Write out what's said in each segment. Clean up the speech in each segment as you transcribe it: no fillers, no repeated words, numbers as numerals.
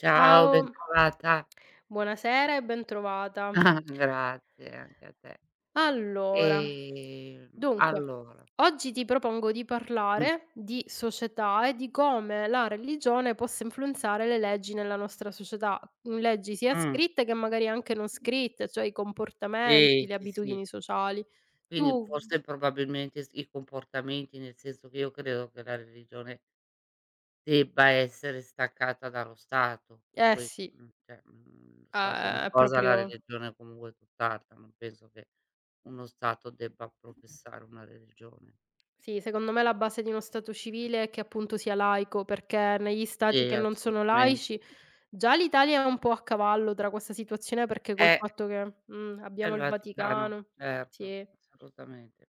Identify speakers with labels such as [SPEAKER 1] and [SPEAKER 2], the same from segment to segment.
[SPEAKER 1] Ciao,
[SPEAKER 2] Ciao,
[SPEAKER 1] bentrovata.
[SPEAKER 2] buonasera e bentrovata.
[SPEAKER 1] Grazie anche a te.
[SPEAKER 2] Allora,
[SPEAKER 1] Ehm,
[SPEAKER 2] dunque,
[SPEAKER 1] allora
[SPEAKER 2] oggi ti propongo di parlare di società e di come la religione possa influenzare le leggi nella nostra società, leggi sia
[SPEAKER 1] mh,
[SPEAKER 2] scritte che magari anche non scritte, cioè i comportamenti,
[SPEAKER 1] sì,
[SPEAKER 2] le
[SPEAKER 1] sì, sì.
[SPEAKER 2] abitudini sociali.
[SPEAKER 1] Quindi
[SPEAKER 2] Tu
[SPEAKER 1] forse probabilmente s i comportamenti, nel senso che io credo che la religione debba essere staccata dallo Stato, per
[SPEAKER 2] eh
[SPEAKER 1] cui,
[SPEAKER 2] sì,
[SPEAKER 1] cioè, lo Stato è una
[SPEAKER 2] ehm, è
[SPEAKER 1] cosa, la
[SPEAKER 2] proprio
[SPEAKER 1] religione comunque è comunque tutt'altra, non penso che uno Stato debba professare una religione.
[SPEAKER 2] sì, secondo me la base di uno stato civile è che appunto sia laico, perché negli stati
[SPEAKER 1] Sì,
[SPEAKER 2] che non sono laici
[SPEAKER 1] assolutamente.
[SPEAKER 2] già l'Italia è un po' a cavallo tra questa situazione perché col
[SPEAKER 1] Eh.
[SPEAKER 2] fatto che,
[SPEAKER 1] È
[SPEAKER 2] abbiamo
[SPEAKER 1] il
[SPEAKER 2] il
[SPEAKER 1] Vaticano,
[SPEAKER 2] Vaticano
[SPEAKER 1] certo,
[SPEAKER 2] sì.
[SPEAKER 1] assolutamente.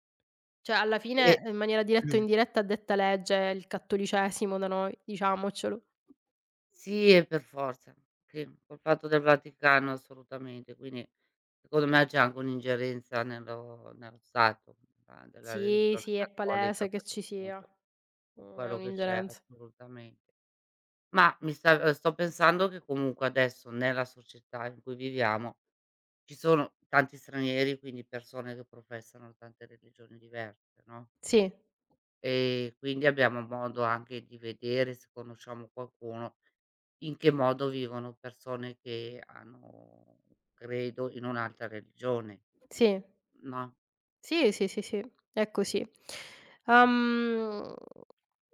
[SPEAKER 2] Cioè alla
[SPEAKER 1] E
[SPEAKER 2] fine in maniera diretta o
[SPEAKER 1] mh,
[SPEAKER 2] indiretta, è detta legge è il cattolicesimo da noi, diciamocelo.
[SPEAKER 1] sì, e per forza. Sì, col fatto del Vaticano assolutamente, quindi secondo me c'è anche un'ingerenza nello Stato, della
[SPEAKER 2] Sì,
[SPEAKER 1] religione
[SPEAKER 2] sì, è
[SPEAKER 1] cattolica,
[SPEAKER 2] palese che
[SPEAKER 1] perché
[SPEAKER 2] ci sia.
[SPEAKER 1] appunto con
[SPEAKER 2] Mhmm, è
[SPEAKER 1] quello che c'è
[SPEAKER 2] un'ingerenza.
[SPEAKER 1] assolutamente. Ma mi sta sto pensando che comunque adesso nella società in cui viviamo ci sono tanti stranieri, quindi persone che professano tante religioni diverse, no?
[SPEAKER 2] Sì,
[SPEAKER 1] Quindi abbiamo modo anche di vedere, se conosciamo qualcuno, in che modo vivono persone che hanno credo in un'altra religione,
[SPEAKER 2] sì.
[SPEAKER 1] no,
[SPEAKER 2] Sì, sì, sì, sì, è così.
[SPEAKER 1] mh.
[SPEAKER 2] Uhm,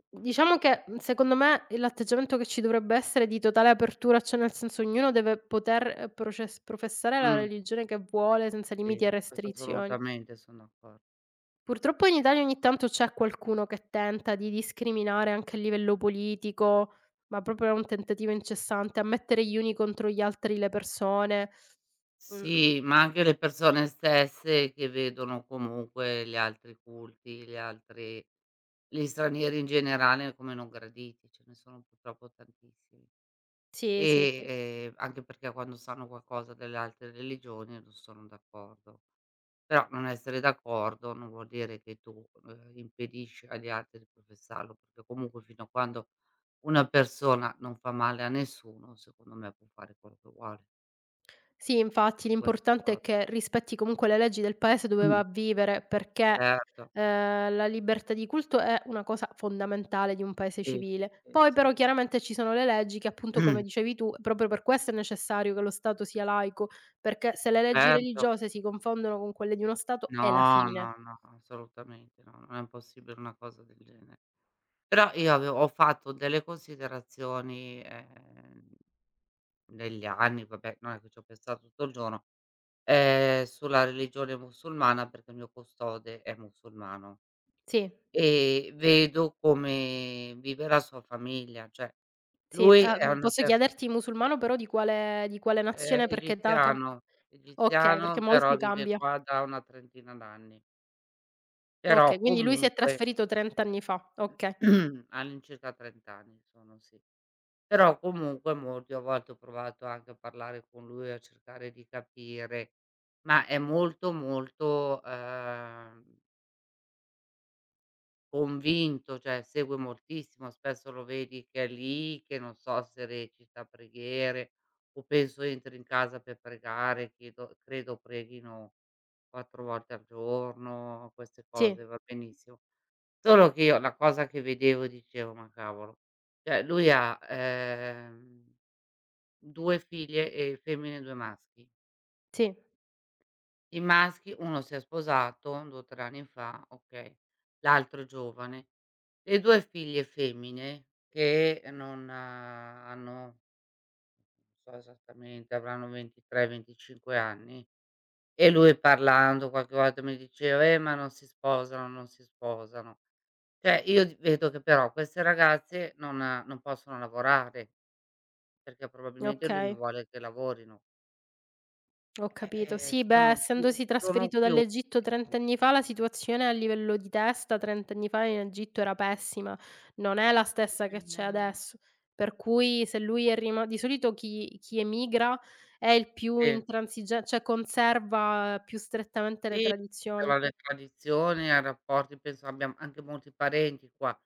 [SPEAKER 2] diciamo che, secondo me il l'atteggiamento che ci dovrebbe essere è di totale apertura, cioè nel senso ognuno deve poter, proces professare la
[SPEAKER 1] Mh,
[SPEAKER 2] religione che vuole senza
[SPEAKER 1] sì,
[SPEAKER 2] limiti e
[SPEAKER 1] questo
[SPEAKER 2] restrizioni.
[SPEAKER 1] assolutamente son d'accordo.
[SPEAKER 2] Purtroppo in Italia ogni tanto c'è qualcuno che tenta di discriminare anche a livello politico, ma proprio è un tentativo incessante, a mettere gli uni contro gli altri le persone. Mh-mh.
[SPEAKER 1] Sì, ma anche le persone stesse che vedono comunque gli altri culti, gli stranieri in generale come non graditi, ce ne sono purtroppo tantissimi.
[SPEAKER 2] Sì, sì, sì.
[SPEAKER 1] E, anche perché quando sanno qualcosa delle altre religioni non sono d'accordo. Però non essere d'accordo non vuol dire che tu, impedisci agli altri di professarlo, perché comunque fino a quando una persona non fa male a nessuno, secondo me può fare quello che vuole
[SPEAKER 2] Sì, infatti
[SPEAKER 1] su questa
[SPEAKER 2] l'importante è
[SPEAKER 1] cosa.
[SPEAKER 2] che rispetti comunque le leggi del paese dove va
[SPEAKER 1] Mh.
[SPEAKER 2] a vivere, perché,
[SPEAKER 1] Certo,
[SPEAKER 2] la libertà di culto è una cosa fondamentale di un paese
[SPEAKER 1] sì,
[SPEAKER 2] civile.
[SPEAKER 1] sì,
[SPEAKER 2] Poi
[SPEAKER 1] sì.
[SPEAKER 2] però chiaramente ci sono le leggi che appunto, come dicevi tu, proprio per questo è necessario che lo Stato sia laico, perché se le leggi
[SPEAKER 1] Certo.
[SPEAKER 2] religiose si confondono con quelle di uno Stato è la
[SPEAKER 1] No,
[SPEAKER 2] fine.
[SPEAKER 1] no, no, assolutamente no, non è possibile una cosa del genere. Però io avevo ho fatto delle considerazioni, negli anni, vabbè, non è che ci ho pensato tutto il giorno, sulla religione musulmana perché il mio custode è musulmano
[SPEAKER 2] Sì,
[SPEAKER 1] e vedo come vive la sua famiglia, cioè
[SPEAKER 2] sì.
[SPEAKER 1] lui
[SPEAKER 2] Ah,
[SPEAKER 1] è una
[SPEAKER 2] posso
[SPEAKER 1] pers
[SPEAKER 2] chiederti musulmano però di quale
[SPEAKER 1] è
[SPEAKER 2] nazione perché da cam
[SPEAKER 1] egiziano,
[SPEAKER 2] okay, perché
[SPEAKER 1] egiziano, però
[SPEAKER 2] molto
[SPEAKER 1] vive
[SPEAKER 2] cambia.
[SPEAKER 1] qua da una trentina d'anni,
[SPEAKER 2] Okay,
[SPEAKER 1] però
[SPEAKER 2] quindi lui si è
[SPEAKER 1] comunque
[SPEAKER 2] trasferito 30 anni fa, okay.
[SPEAKER 1] all'incirca 30 anni sono, sì. Però comunque molti a volte ho provato anche a parlare con lui, a cercare di capire, ma è molto, molto, convinto, cioè segue moltissimo, spesso lo vedi che è lì, che non so se recita preghiere o penso entri in casa per pregare, chiedo credo preghino 4 volte al giorno, queste
[SPEAKER 2] Sì,
[SPEAKER 1] cose, va benissimo. Solo che io la cosa che vedevo dicevo: "Ma cavolo", cioè lui ha, 2 figlie, femmine e 2 maschi.
[SPEAKER 2] sì,
[SPEAKER 1] I maschi uno si è sposato 2 o 3 anni fa, okay, l'altro è giovane. Le 2 figlie femmine che non hanno, non so esattamente, avranno 23, 25 anni e lui parlando qualche volta mi diceva: ma non si sposano, non si sposano". Cioè io d vedo che però queste ragazze non possono lavorare, perché probabilmente lui non
[SPEAKER 2] okay,
[SPEAKER 1] vuole che lavorino.
[SPEAKER 2] ho capito. Sì, beh, essendosi
[SPEAKER 1] Sono
[SPEAKER 2] trasferito
[SPEAKER 1] chiusi.
[SPEAKER 2] dall'Egitto 30 anni fa, la situazione a livello di testa 30 anni fa in Egitto era pessima, non è la stessa che c'è
[SPEAKER 1] Mhmm,
[SPEAKER 2] adesso. Per cui se lui è rima di solito chi emigra è il più
[SPEAKER 1] sì,
[SPEAKER 2] intransigen cioè conserva più strettamente le
[SPEAKER 1] sì,
[SPEAKER 2] tradizioni.
[SPEAKER 1] alle tradizioni, ai rapporti, penso abbiamo anche molti parenti qua.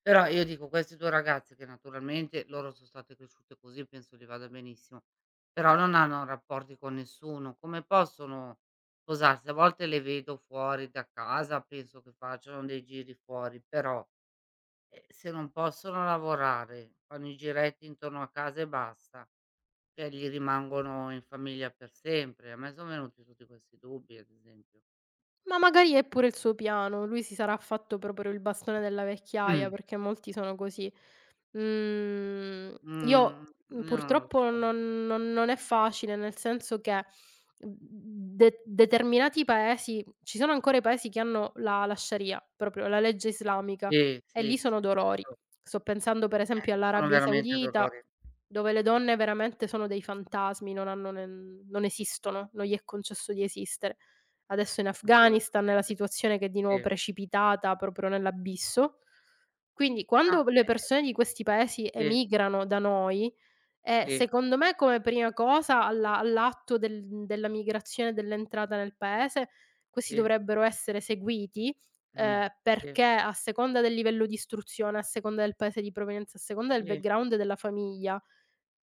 [SPEAKER 1] Però io dico questi 2 ragazzi che naturalmente loro sono state cresciute così, penso gli vada benissimo, però non hanno rapporti con nessuno. Come possono sposarsi? A volte le vedo fuori da casa, penso che facciano dei giri fuori, però, se non possono lavorare, fanno i giretti intorno a casa e basta. Cioè gli rimangono in famiglia per sempre. A me son venuti tutti questi dubbi ad esempio.
[SPEAKER 2] Ma magari è pure il suo piano, lui si sarà fatto proprio il bastone della vecchiaia,
[SPEAKER 1] Mh.
[SPEAKER 2] perché molti sono così. Mhmm,
[SPEAKER 1] Mhmm,
[SPEAKER 2] io,
[SPEAKER 1] io non lo
[SPEAKER 2] purtroppo
[SPEAKER 1] so.
[SPEAKER 2] non è facile, nel senso che, mhmm, de determinati paesi ci sono ancora i paesi che hanno la sharia, proprio la legge islamica,
[SPEAKER 1] Sì,
[SPEAKER 2] e lì
[SPEAKER 1] sì,
[SPEAKER 2] sono
[SPEAKER 1] sì, lo
[SPEAKER 2] dolori.
[SPEAKER 1] so.
[SPEAKER 2] Sto pensando per esempio
[SPEAKER 1] Sono
[SPEAKER 2] all'Arabia
[SPEAKER 1] veramente
[SPEAKER 2] Saudita,
[SPEAKER 1] dolori,
[SPEAKER 2] dove le donne veramente sono dei fantasmi, non hanno nen non esistono, non gli è concesso di esistere. Adesso in
[SPEAKER 1] assolutamente,
[SPEAKER 2] Afghanistan è la situazione che è di nuovo
[SPEAKER 1] sì.
[SPEAKER 2] precipitata proprio nell'abisso. Quindi
[SPEAKER 1] No,
[SPEAKER 2] quando le persone di questi paesi
[SPEAKER 1] sì,
[SPEAKER 2] emigrano da noi
[SPEAKER 1] sì,
[SPEAKER 2] secondo me come prima cosa alla all'atto del della migrazione, e dell'entrata nel paese, questi
[SPEAKER 1] sì,
[SPEAKER 2] dovrebbero essere seguiti,
[SPEAKER 1] mh, sì,
[SPEAKER 2] perché a seconda del livello di istruzione, a seconda del paese di provenienza, a seconda del
[SPEAKER 1] sì,
[SPEAKER 2] background della famiglia,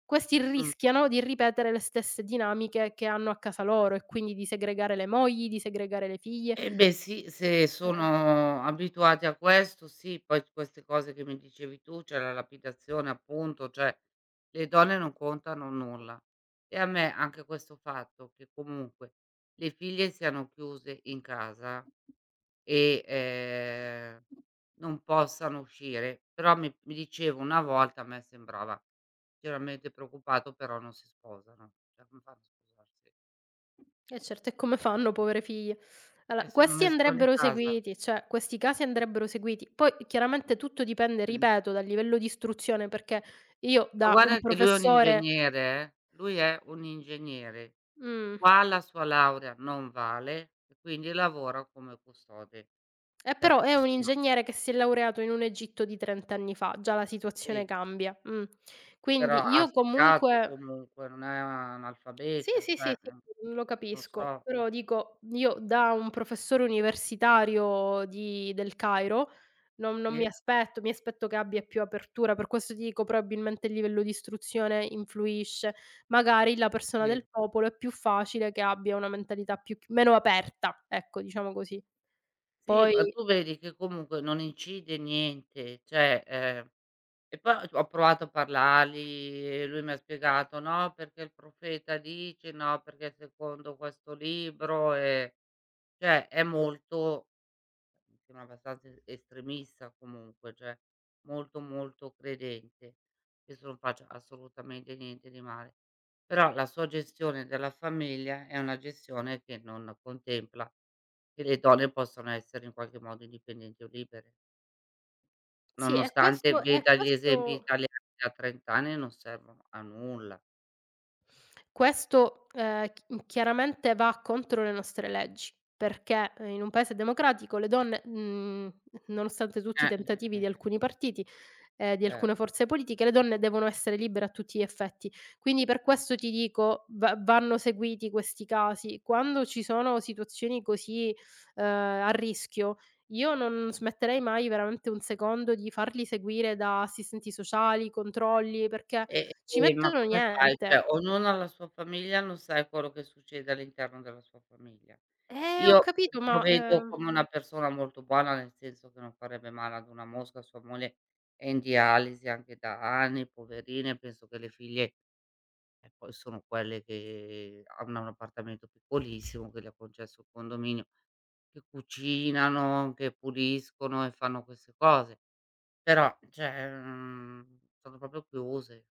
[SPEAKER 2] questi
[SPEAKER 1] mh.
[SPEAKER 2] rischiano di ripetere le stesse dinamiche che hanno a casa loro e quindi di segregare le mogli, di segregare le figlie.
[SPEAKER 1] Eh beh sì, se
[SPEAKER 2] Eh.
[SPEAKER 1] sono abituati a questo sì, poi queste cose che mi dicevi tu, cioè la lapidazione appunto, cioè le donne non contano nulla. E a me anche questo fatto che comunque le figlie siano chiuse in casa e, non possano uscire, però mi dicevo una volta a me sembrava veramente preoccupato, però non si sposano. Cioè come fanno a sposarsi?
[SPEAKER 2] E certo, e come fanno
[SPEAKER 1] Eh,
[SPEAKER 2] povere figlie?
[SPEAKER 1] e
[SPEAKER 2] Allora,
[SPEAKER 1] se non
[SPEAKER 2] questi
[SPEAKER 1] escono di
[SPEAKER 2] andrebbero
[SPEAKER 1] casa.
[SPEAKER 2] seguiti, cioè questi casi andrebbero seguiti. Poi chiaramente tutto dipende,
[SPEAKER 1] Mm.
[SPEAKER 2] ripeto, dal livello di istruzione, perché io
[SPEAKER 1] Ma
[SPEAKER 2] da un
[SPEAKER 1] guarda che lui è un
[SPEAKER 2] professore
[SPEAKER 1] ingegnere lui è un ingegnere.
[SPEAKER 2] mhmm,
[SPEAKER 1] Qua la sua laurea non vale e quindi lavora come custode. Però
[SPEAKER 2] però è un
[SPEAKER 1] insomma
[SPEAKER 2] ingegnere che si è laureato in un Egitto di 30 anni fa, già la situazione
[SPEAKER 1] sì,
[SPEAKER 2] cambia.
[SPEAKER 1] però
[SPEAKER 2] Quindi
[SPEAKER 1] ha
[SPEAKER 2] io
[SPEAKER 1] studiato
[SPEAKER 2] comunque
[SPEAKER 1] comunque, non è
[SPEAKER 2] sì,
[SPEAKER 1] analfabeta,
[SPEAKER 2] sì, sì,
[SPEAKER 1] cioè,
[SPEAKER 2] sì, mm, lo
[SPEAKER 1] non
[SPEAKER 2] capisco,
[SPEAKER 1] so
[SPEAKER 2] però dico io da un professore universitario di del Cairo non mi
[SPEAKER 1] sì,
[SPEAKER 2] aspetto mi aspetto che abbia più apertura, per questo ti dico probabilmente il livello di istruzione influisce. Magari la persona
[SPEAKER 1] sì.
[SPEAKER 2] del popolo è più facile che abbia una mentalità più chi meno aperta, ecco, diciamo così.
[SPEAKER 1] Sì,
[SPEAKER 2] Poi
[SPEAKER 1] ma tu vedi che comunque non incide niente, cioè, e poi ho provato a parlargli e lui mi ha spiegato: "No, perché il profeta dice, no, perché secondo questo libro e". Cioè è molto mi sembra abbastanza estremista comunque, cioè molto, molto credente. Questo non faccia assolutamente niente di male, però la sua gestione della famiglia è una gestione che non contempla che le donne possano essere in qualche modo indipendenti o libere,
[SPEAKER 2] sì,
[SPEAKER 1] nonostante
[SPEAKER 2] e
[SPEAKER 1] veda gli esempi
[SPEAKER 2] questo
[SPEAKER 1] italiani da 30 anni non servono a nulla.
[SPEAKER 2] questo, ch chiaramente va contro le nostre leggi, perché, in un paese democratico le donne, nonostante tutti
[SPEAKER 1] Eh,
[SPEAKER 2] i
[SPEAKER 1] eh,
[SPEAKER 2] tentativi
[SPEAKER 1] eh,
[SPEAKER 2] di alcuni partiti, di
[SPEAKER 1] cer
[SPEAKER 2] alcune forze politiche, le donne devono essere libere a tutti gli effetti. Quindi per questo ti dico, va vanno seguiti questi casi. Quando ci sono situazioni così, a rischio, io non smetterei mai veramente un secondo di farli seguire da assistenti sociali, controlli, perché
[SPEAKER 1] E
[SPEAKER 2] ci
[SPEAKER 1] e ma
[SPEAKER 2] mettono
[SPEAKER 1] come fai? Cioè,
[SPEAKER 2] niente.
[SPEAKER 1] ognuno ha la sua famiglia, non sai quello che succede all'interno della sua famiglia.
[SPEAKER 2] Ho
[SPEAKER 1] Io
[SPEAKER 2] capito,
[SPEAKER 1] lo
[SPEAKER 2] ma,
[SPEAKER 1] vedo come una persona molto buona, nel senso che non farebbe male ad una mosca, sua moglie è in dialisi anche da anni, poverina, e penso che le figlie, poi sono quelle che hanno un appartamento piccolissimo, che le ha concesso il condominio, che cucinano, che puliscono e fanno queste cose. Però, cioè, sono proprio chiuse,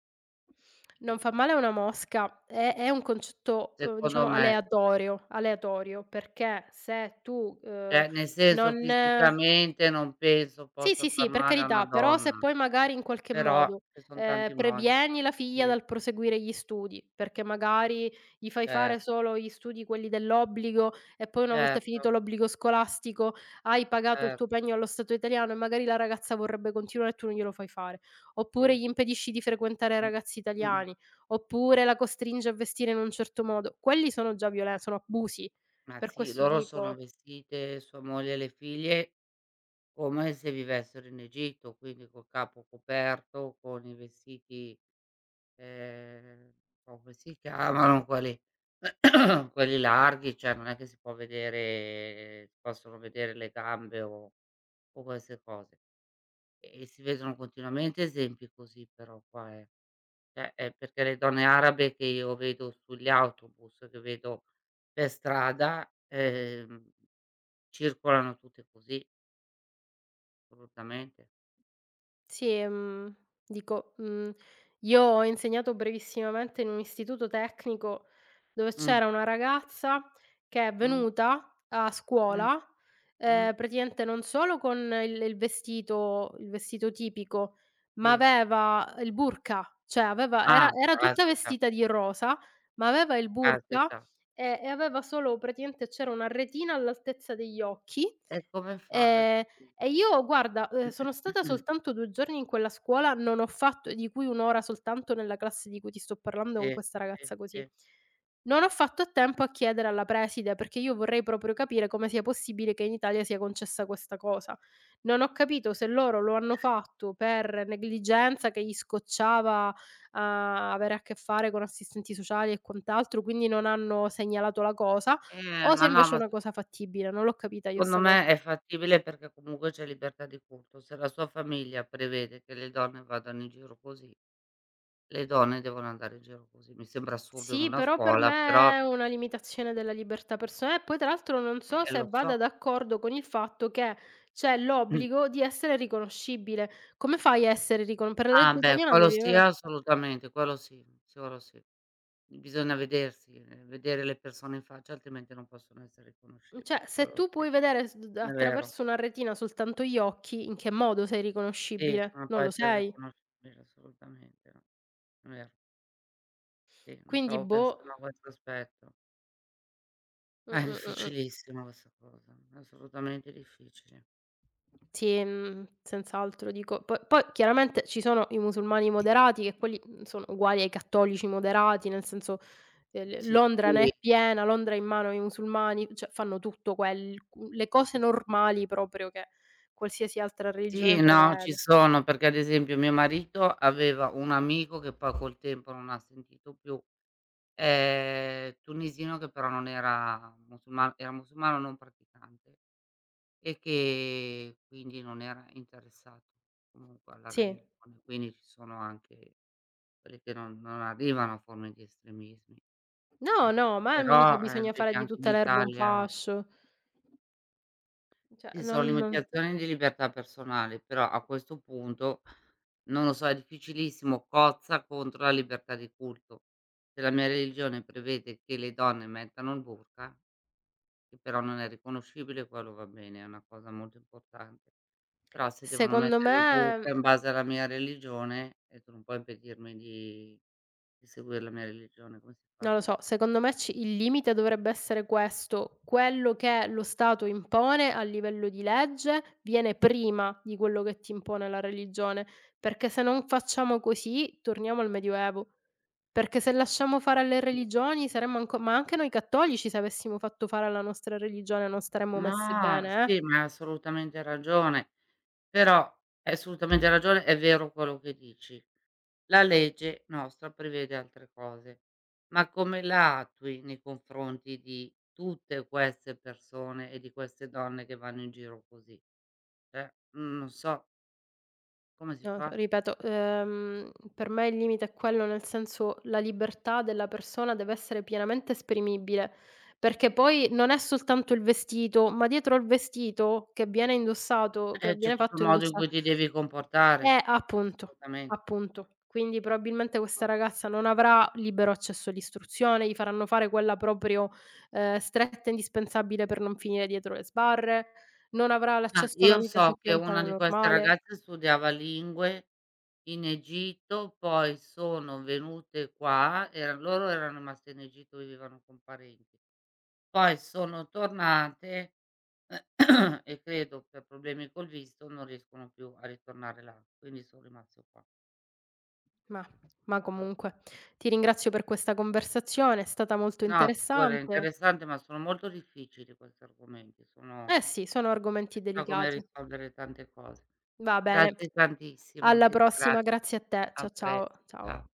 [SPEAKER 1] cioè
[SPEAKER 2] non fa
[SPEAKER 1] questa
[SPEAKER 2] male a
[SPEAKER 1] co
[SPEAKER 2] una mosca è un concetto,
[SPEAKER 1] secondo
[SPEAKER 2] diciamo
[SPEAKER 1] me.
[SPEAKER 2] aleatorio, perché se tu,
[SPEAKER 1] Cioè, nel
[SPEAKER 2] non
[SPEAKER 1] senso fisicamente non penso
[SPEAKER 2] sì, sì,
[SPEAKER 1] possa far
[SPEAKER 2] sì, per
[SPEAKER 1] male a una
[SPEAKER 2] carità, però se
[SPEAKER 1] donna,
[SPEAKER 2] poi magari in qualche
[SPEAKER 1] però
[SPEAKER 2] modo,
[SPEAKER 1] ci son tanti modi.
[SPEAKER 2] previeni
[SPEAKER 1] Infatti,
[SPEAKER 2] la figlia
[SPEAKER 1] sì,
[SPEAKER 2] dal proseguire gli studi, perché magari gli fai fare
[SPEAKER 1] certo,
[SPEAKER 2] solo gli studi quelli dell'obbligo e poi una volta finito
[SPEAKER 1] certo,
[SPEAKER 2] l'obbligo scolastico hai pagato il tuo
[SPEAKER 1] certo,
[SPEAKER 2] pegno allo Stato italiano e magari la ragazza vorrebbe continuare e tu non glielo fai fare. Oppure gli
[SPEAKER 1] sì.
[SPEAKER 2] impedisci di frequentare
[SPEAKER 1] Mh.
[SPEAKER 2] ragazzi
[SPEAKER 1] Mh-mh.
[SPEAKER 2] italiani, oppure la costringi a vestire in un certo modo. Quelli sono già violen sono abusi.
[SPEAKER 1] Ma
[SPEAKER 2] Per
[SPEAKER 1] sì,
[SPEAKER 2] questo ti
[SPEAKER 1] loro sono
[SPEAKER 2] dico
[SPEAKER 1] vestite, sua moglie e le figlie, come se vivessero in Egitto, quindi col capo coperto, con i vestiti, ehm, o come si chiamano quelli quelli larghi, cioè non è che si possono vedere le gambe o O queste cose. E si vedono continuamente esempi così però qua, eh. Cioè, è perché le donne arabe che io vedo sugli autobus, che vedo per strada, circolano tutte così, assolutamente.
[SPEAKER 2] sì, dico, io ho insegnato brevissimamente in un istituto tecnico dove
[SPEAKER 1] Mh,
[SPEAKER 2] c'era una ragazza che è
[SPEAKER 1] mh,
[SPEAKER 2] venuta a
[SPEAKER 1] mh,
[SPEAKER 2] scuola,
[SPEAKER 1] mh,
[SPEAKER 2] praticamente non solo con il vestito tipico, ma
[SPEAKER 1] sì.
[SPEAKER 2] aveva il burqa, cioè aveva
[SPEAKER 1] Ah,
[SPEAKER 2] era tutta
[SPEAKER 1] caspita,
[SPEAKER 2] vestita di rosa, ma aveva il burqa
[SPEAKER 1] caspita.
[SPEAKER 2] e aveva solo praticamente c'era una retina all'altezza degli occhi,
[SPEAKER 1] E come fai?
[SPEAKER 2] ehm e io guarda, sono stata soltanto 2 giorni in quella scuola, non ho fatto di cui 1 ora soltanto nella classe di cui ti sto parlando con
[SPEAKER 1] Sì,
[SPEAKER 2] questa
[SPEAKER 1] sì,
[SPEAKER 2] ragazza
[SPEAKER 1] sì,
[SPEAKER 2] così.
[SPEAKER 1] sì.
[SPEAKER 2] Non ho fatto a tempo a chiedere alla preside, perché io vorrei proprio capire come sia possibile che in Italia sia concessa questa cosa. Non ho capito se loro lo hanno fatto per negligenza che gli scocciava, avere a che fare con assistenti sociali e quant'altro, quindi non hanno segnalato la cosa, o se
[SPEAKER 1] Ma no,
[SPEAKER 2] invece è
[SPEAKER 1] ma
[SPEAKER 2] una
[SPEAKER 1] se
[SPEAKER 2] cosa fattibile. Non l'ho capita io
[SPEAKER 1] Secondo
[SPEAKER 2] 'sta cosa.
[SPEAKER 1] me è fattibile perché comunque c'è libertà di culto. Se la sua famiglia prevede che le donne vadano in giro così, le donne devono andare in giro così. Mi sembra assurdo in
[SPEAKER 2] Sì,
[SPEAKER 1] una
[SPEAKER 2] però per
[SPEAKER 1] scuola, però
[SPEAKER 2] me è una limitazione della libertà personale e poi tra l'altro non so se
[SPEAKER 1] lo so.
[SPEAKER 2] vada d'accordo con il fatto che c'è l'obbligo di essere riconoscibile. Come fai a essere ricon per la
[SPEAKER 1] Ah
[SPEAKER 2] legge
[SPEAKER 1] beh,
[SPEAKER 2] italiana
[SPEAKER 1] quello
[SPEAKER 2] devi
[SPEAKER 1] sì
[SPEAKER 2] avere
[SPEAKER 1] assolutamente, quello sì, sì, quello sì. Bisogna vedersi, vedere le persone in faccia altrimenti non possono essere riconoscibili,
[SPEAKER 2] cioè se
[SPEAKER 1] quello
[SPEAKER 2] tu
[SPEAKER 1] sì.
[SPEAKER 2] puoi
[SPEAKER 1] È
[SPEAKER 2] vedere s d
[SPEAKER 1] vero,
[SPEAKER 2] attraverso una retina soltanto gli occhi, in che modo sei
[SPEAKER 1] sì,
[SPEAKER 2] riconoscibile?
[SPEAKER 1] non
[SPEAKER 2] Non
[SPEAKER 1] può
[SPEAKER 2] lo
[SPEAKER 1] essere
[SPEAKER 2] sei.
[SPEAKER 1] riconoscibile assolutamente, no. È vero, sì, non
[SPEAKER 2] Quindi
[SPEAKER 1] stavo
[SPEAKER 2] boh.
[SPEAKER 1] pensando a questo aspetto.
[SPEAKER 2] Mh,
[SPEAKER 1] È
[SPEAKER 2] mh, mh, mh.
[SPEAKER 1] difficilissima questa cosa, è assolutamente difficile.
[SPEAKER 2] Sì, senz'altro dico po poi chiaramente ci sono i musulmani moderati che quelli, sono uguali ai cattolici moderati, nel senso, l
[SPEAKER 1] Sì,
[SPEAKER 2] Londra ne è piena, Londra è in mano ai musulmani, cioè fanno tutto quel cu le cose normali proprio che qualsiasi altra religione
[SPEAKER 1] sì, no, ci
[SPEAKER 2] prevede.
[SPEAKER 1] sono, perché ad esempio mio marito aveva un amico che poi col tempo non ha sentito più, tunisino che però non era musulmano, era musulmano non praticante e che quindi non era interessato comunque alla
[SPEAKER 2] Sì.
[SPEAKER 1] religione, quindi ci sono anche quelli che non arrivano a forme di estremismi.
[SPEAKER 2] No,
[SPEAKER 1] Eh,
[SPEAKER 2] no, ma mica
[SPEAKER 1] però,
[SPEAKER 2] bisogna
[SPEAKER 1] vedi
[SPEAKER 2] fare di
[SPEAKER 1] anche in
[SPEAKER 2] tutta l'erba un
[SPEAKER 1] Italia
[SPEAKER 2] fascio. Cioè
[SPEAKER 1] sì, sono
[SPEAKER 2] non
[SPEAKER 1] limitazioni di libertà personale, però a questo punto, non lo so, è difficilissimo, cozza contro la libertà di culto. Se la mia religione prevede che le donne mettano il burqa, che però non è riconoscibile, quello va bene, è una cosa molto importante. Però se devono
[SPEAKER 2] secondo
[SPEAKER 1] mettere il burqa
[SPEAKER 2] me
[SPEAKER 1] in base alla mia religione, e tu non puoi impedirmi di seguire la mia religione, come si fa?
[SPEAKER 2] non lo so, secondo me ci il limite dovrebbe essere questo: quello che lo Stato impone a livello di legge viene prima di quello che ti impone la religione, perché se non facciamo così torniamo al Medioevo. Perché se lasciamo fare alle
[SPEAKER 1] Mh.
[SPEAKER 2] religioni saremmo anco ma anche noi cattolici se avessimo fatto fare alla nostra religione non staremmo messe
[SPEAKER 1] No,
[SPEAKER 2] bene, eh.
[SPEAKER 1] sì, ma hai assolutamente ragione. Però hai assolutamente ragione, è vero quello che dici. La legge nostra prevede altre cose, ma come la attui nei confronti di tutte queste persone e di queste donne che vanno in giro così? Cioè, non so come si
[SPEAKER 2] No,
[SPEAKER 1] fa.
[SPEAKER 2] ripeto, per me il limite è quello, nel senso la libertà della persona deve essere pienamente esprimibile, perché poi non è soltanto il vestito, ma dietro al vestito che viene indossato, che
[SPEAKER 1] C'è
[SPEAKER 2] viene
[SPEAKER 1] tutto
[SPEAKER 2] fatto
[SPEAKER 1] il modo in
[SPEAKER 2] indossa
[SPEAKER 1] cui ti devi comportare,
[SPEAKER 2] appunto,
[SPEAKER 1] assolutamente.
[SPEAKER 2] appunto. Quindi
[SPEAKER 1] Eh sì,
[SPEAKER 2] probabilmente
[SPEAKER 1] lo
[SPEAKER 2] questa
[SPEAKER 1] so.
[SPEAKER 2] ragazza non avrà libero accesso all'istruzione, gli faranno fare quella proprio, stretta e indispensabile per non finire dietro le sbarre, non avrà
[SPEAKER 1] Ma
[SPEAKER 2] l'accesso a una
[SPEAKER 1] io
[SPEAKER 2] vita
[SPEAKER 1] so che una
[SPEAKER 2] sentimentale
[SPEAKER 1] di queste
[SPEAKER 2] normale.
[SPEAKER 1] ragazze studiava lingue in Egitto, poi sono venute qua, eran loro erano rimaste in Egitto, vivevano con parenti. Poi sono tornate e credo per problemi col visto non riescono più a ritornare là, quindi son rimaste qua.
[SPEAKER 2] Ma ma
[SPEAKER 1] Quello che-
[SPEAKER 2] comunque ti ringrazio per questa conversazione, è stata molto
[SPEAKER 1] No, guarda è
[SPEAKER 2] interessante.
[SPEAKER 1] interessante, ma sono molto difficili questi argomenti, sono
[SPEAKER 2] Eh sì, sono argomenti
[SPEAKER 1] chissà come
[SPEAKER 2] delicati.
[SPEAKER 1] risolvere tante cose.
[SPEAKER 2] Va bene,
[SPEAKER 1] Grazie tantissimo,
[SPEAKER 2] alla
[SPEAKER 1] ti
[SPEAKER 2] prossima,
[SPEAKER 1] ringrazio.
[SPEAKER 2] grazie a te. Cia
[SPEAKER 1] A presto,
[SPEAKER 2] ciao, ciao.
[SPEAKER 1] ciao.